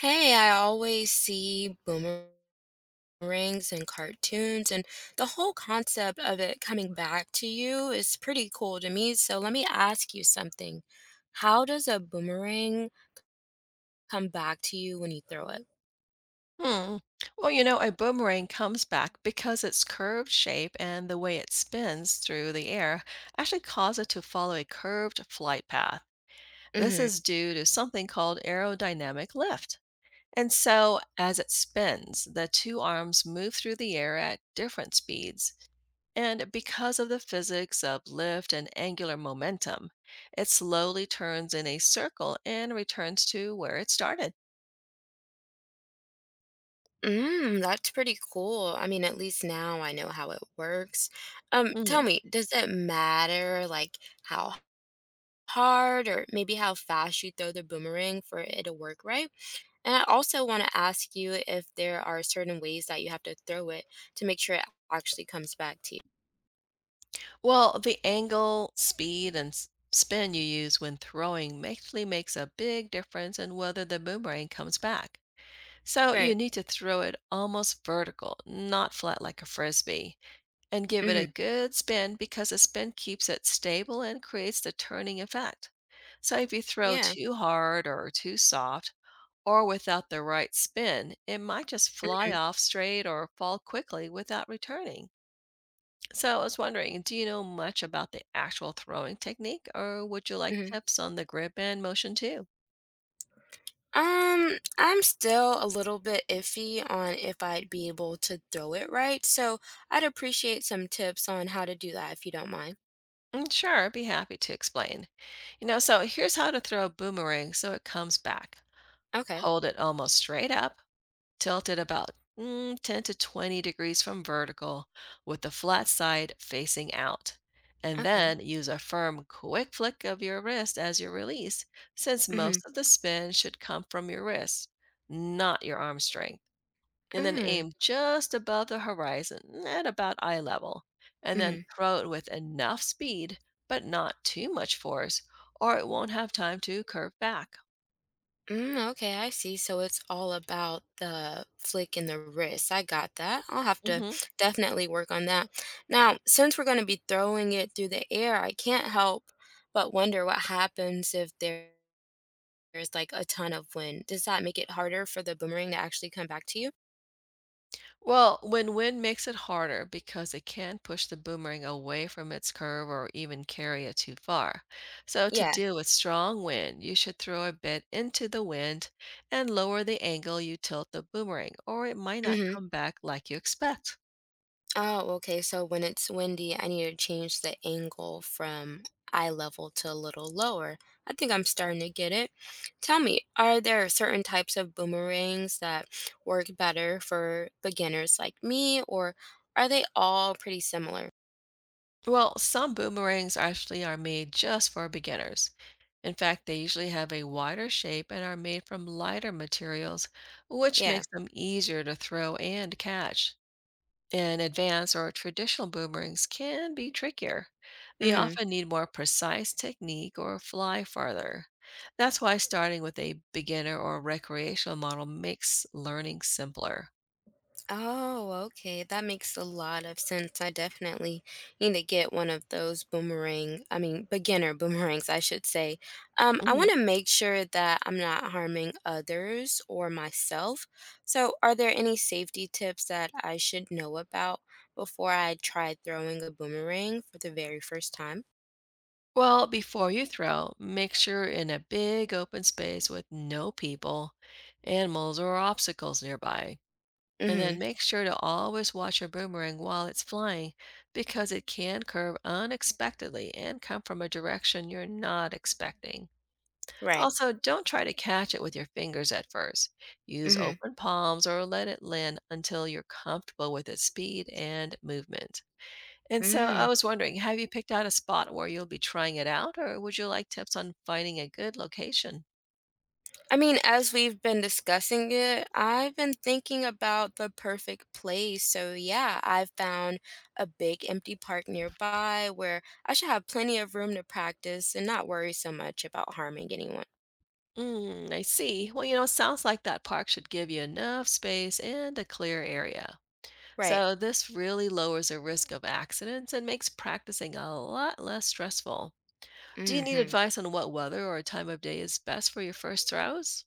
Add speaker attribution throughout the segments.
Speaker 1: Hey, I always see boomerangs in cartoons, and the whole concept of it coming back to you is pretty cool to me. So let me ask you something. How does a boomerang come back to you when you throw it?
Speaker 2: Hmm. A boomerang comes back because its curved shape and the way it spins through the air actually cause it to follow a curved flight path. This
Speaker 1: Mm-hmm.
Speaker 2: is due to something called aerodynamic lift. And so, as it spins, the two arms move through the air at different speeds. And because of the physics of lift and angular momentum, it slowly turns in a circle and returns to where it started.
Speaker 1: Mm, that's pretty cool. I mean, at least now I know how it works. Tell
Speaker 2: Mhm.
Speaker 1: me, does it matter like how hard or maybe how fast you throw the boomerang for it to work right? And I also want to ask you if there are certain ways that you have to throw it to make sure it actually comes back to you.
Speaker 2: Well, the angle, speed, and spin you use when throwing actually makes a big difference in whether the boomerang comes back. So
Speaker 1: Right.
Speaker 2: you need to throw it almost vertical, not flat like a frisbee, and give it a
Speaker 1: Mhm.
Speaker 2: good spin because a spin keeps it stable and creates the turning effect. So if you throw
Speaker 1: Yeah.
Speaker 2: too hard or too soft or without the right spin, it might just fly
Speaker 1: Mhm.
Speaker 2: off straight or fall quickly without returning. So I was wondering, do you know much about the actual throwing technique, or would you like
Speaker 1: Mhm.
Speaker 2: tips on the grip and motion too?
Speaker 1: I'm still a little bit iffy on if I'd be able to throw it right, so I'd appreciate some tips on how to do that if you don't mind.
Speaker 2: Sure, I'd be happy to explain. So here's how to throw a boomerang so it comes back.
Speaker 1: Okay.
Speaker 2: Hold it almost straight up, tilt it about 10 to 20 degrees from vertical, with the flat side facing out. And
Speaker 1: Okay.
Speaker 2: then use a firm, quick flick of your wrist as your release, since
Speaker 1: Mhm.
Speaker 2: most of the spin should come from your wrist, not your arm string, and then
Speaker 1: Mm.
Speaker 2: aim just above the horizon at about eye level, and then
Speaker 1: Mhm.
Speaker 2: throw it with enough speed, but not too much force, or it won't have time to curve back.
Speaker 1: Mm, okay, I see. So it's all about the flick and the wrist. I got that. I'll have to
Speaker 2: hmm
Speaker 1: definitely work on that. Now, since we're going to be throwing it through the air, I can't help but wonder what happens if there's like a ton of wind. Does that make it harder for the boomerang to actually come back to you?
Speaker 2: Well, when wind makes it harder because it can push the boomerang away from its curve or even carry it too far. So, to
Speaker 1: Yeah.
Speaker 2: deal with strong wind, you should throw a bit into the wind and lower the angle you tilt the boomerang, or it might not
Speaker 1: Mm-hmm.
Speaker 2: come back like you expect.
Speaker 1: Oh, okay. So when it's windy, I need to change the angle from eye level to a little lower. I think I'm starting to get it. Tell me, are there certain types of boomerangs that work better for beginners like me, or are they all pretty similar?
Speaker 2: Well, some boomerangs actually are made just for beginners. In fact, they usually have a wider shape and are made from lighter materials, which
Speaker 1: Yeah.
Speaker 2: makes them easier to throw and catch. And advanced or traditional boomerangs can be trickier. They
Speaker 1: Hmm.
Speaker 2: often need more precise technique or fly farther. That's why starting with a beginner or recreational model makes learning simpler.
Speaker 1: Oh, okay. That makes a lot of sense. I definitely need to get one of those I mean, beginner boomerangs, I should say. I want
Speaker 2: Mhm.
Speaker 1: to make sure that I'm not harming others or myself. So, are there any safety tips that I should know about before I try throwing a boomerang for the very first time?
Speaker 2: Well, before you throw, make sure you're in a big open space with no people, animals, or obstacles nearby. And then
Speaker 1: Mm-hmm.
Speaker 2: make sure to always watch your boomerang while it's flying because it can curve unexpectedly and come from a direction you're not expecting.
Speaker 1: Right.
Speaker 2: Also, don't try to catch it with your fingers at first. Use
Speaker 1: Mm-hmm.
Speaker 2: open palms or let it land until you're comfortable with its speed and movement. And so I
Speaker 1: Mm.
Speaker 2: was wondering, have you picked out a spot where you'll be trying it out, or would you like tips on finding a good location?
Speaker 1: I mean, as we've been discussing it, I've been thinking about the perfect place. So, yeah, I've found a big empty park nearby where I should have plenty of room to practice and not worry so much about harming anyone.
Speaker 2: Mm, I see. It sounds like that park should give you enough space and a clear area.
Speaker 1: Right.
Speaker 2: So this really lowers the risk of accidents and makes practicing a lot less stressful. Do you need
Speaker 1: Mhm.
Speaker 2: advice on what weather or time of day is best for your first throws?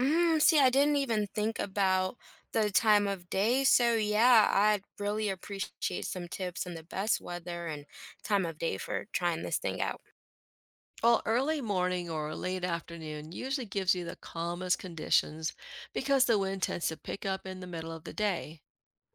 Speaker 1: Mm, see, I didn't even think about the time of day. So, yeah, I'd really appreciate some tips on the best weather and time of day for trying this thing out.
Speaker 2: Well, early morning or late afternoon usually gives you the calmest conditions because the wind tends to pick up in the middle of the day.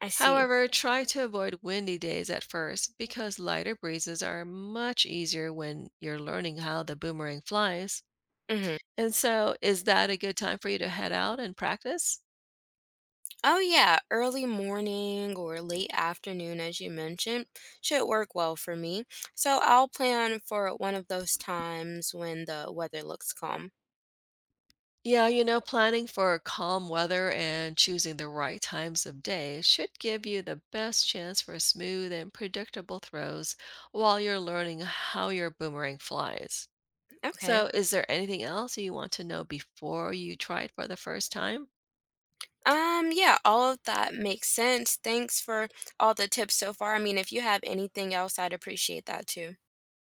Speaker 1: I see.
Speaker 2: However, try to avoid windy days at first because lighter breezes are much easier when you're learning how the boomerang flies.
Speaker 1: Mhm.
Speaker 2: And so, is that a good time for you to head out and practice?
Speaker 1: Oh yeah, early morning or late afternoon, as you mentioned, should work well for me. So I'll plan for one of those times when the weather looks calm.
Speaker 2: Planning for calm weather and choosing the right times of day should give you the best chance for smooth and predictable throws while you're learning how your boomerang flies.
Speaker 1: Okay.
Speaker 2: So, is there anything else you want to know before you try it for the first time?
Speaker 1: Yeah, all of that makes sense. Thanks for all the tips so far. I mean, if you have anything else, I'd appreciate that too.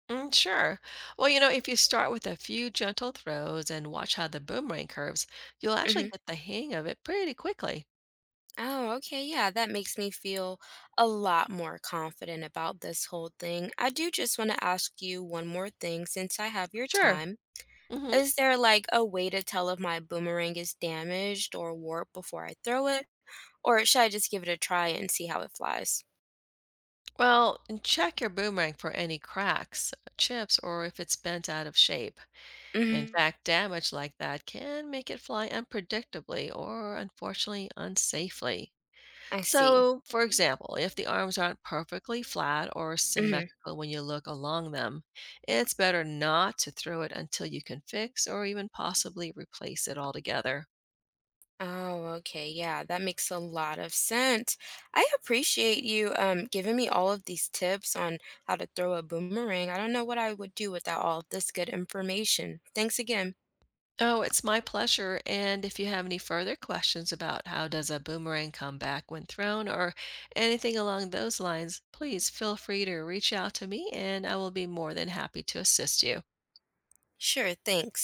Speaker 2: Mm, sure. If you start with a few gentle throws and watch how the boomerang curves, you'll actually
Speaker 1: Hmm.
Speaker 2: get the hang of it pretty quickly.
Speaker 1: Oh, okay. Yeah, that makes me feel a lot more confident about this whole thing. I do just want to ask you one more thing since I have your
Speaker 2: Sure.
Speaker 1: time.
Speaker 2: hmm
Speaker 1: Is there like a way to tell if my boomerang is damaged or warped before I throw it? Or should I just give it a try and see how it flies?
Speaker 2: Well, and check your boomerang for any cracks, chips, or if it's bent out of shape. In
Speaker 1: Hmm.
Speaker 2: fact, damage like that can make it fly unpredictably or unfortunately unsafely.
Speaker 1: I see.
Speaker 2: So, for example, if the arms aren't perfectly flat or
Speaker 1: Hmm.
Speaker 2: symmetrical when you look along them, it's better not to throw it until you can fix or even possibly replace it altogether.
Speaker 1: Oh, okay. Yeah, that makes a lot of sense. I appreciate you giving me all of these tips on how to throw a boomerang. I don't know what I would do without all of this good information. Thanks again.
Speaker 2: Oh, it's my pleasure. And if you have any further questions about how does a boomerang come back when thrown or anything along those lines, please feel free to reach out to me and I will be more than happy to assist you.
Speaker 1: Sure, thanks.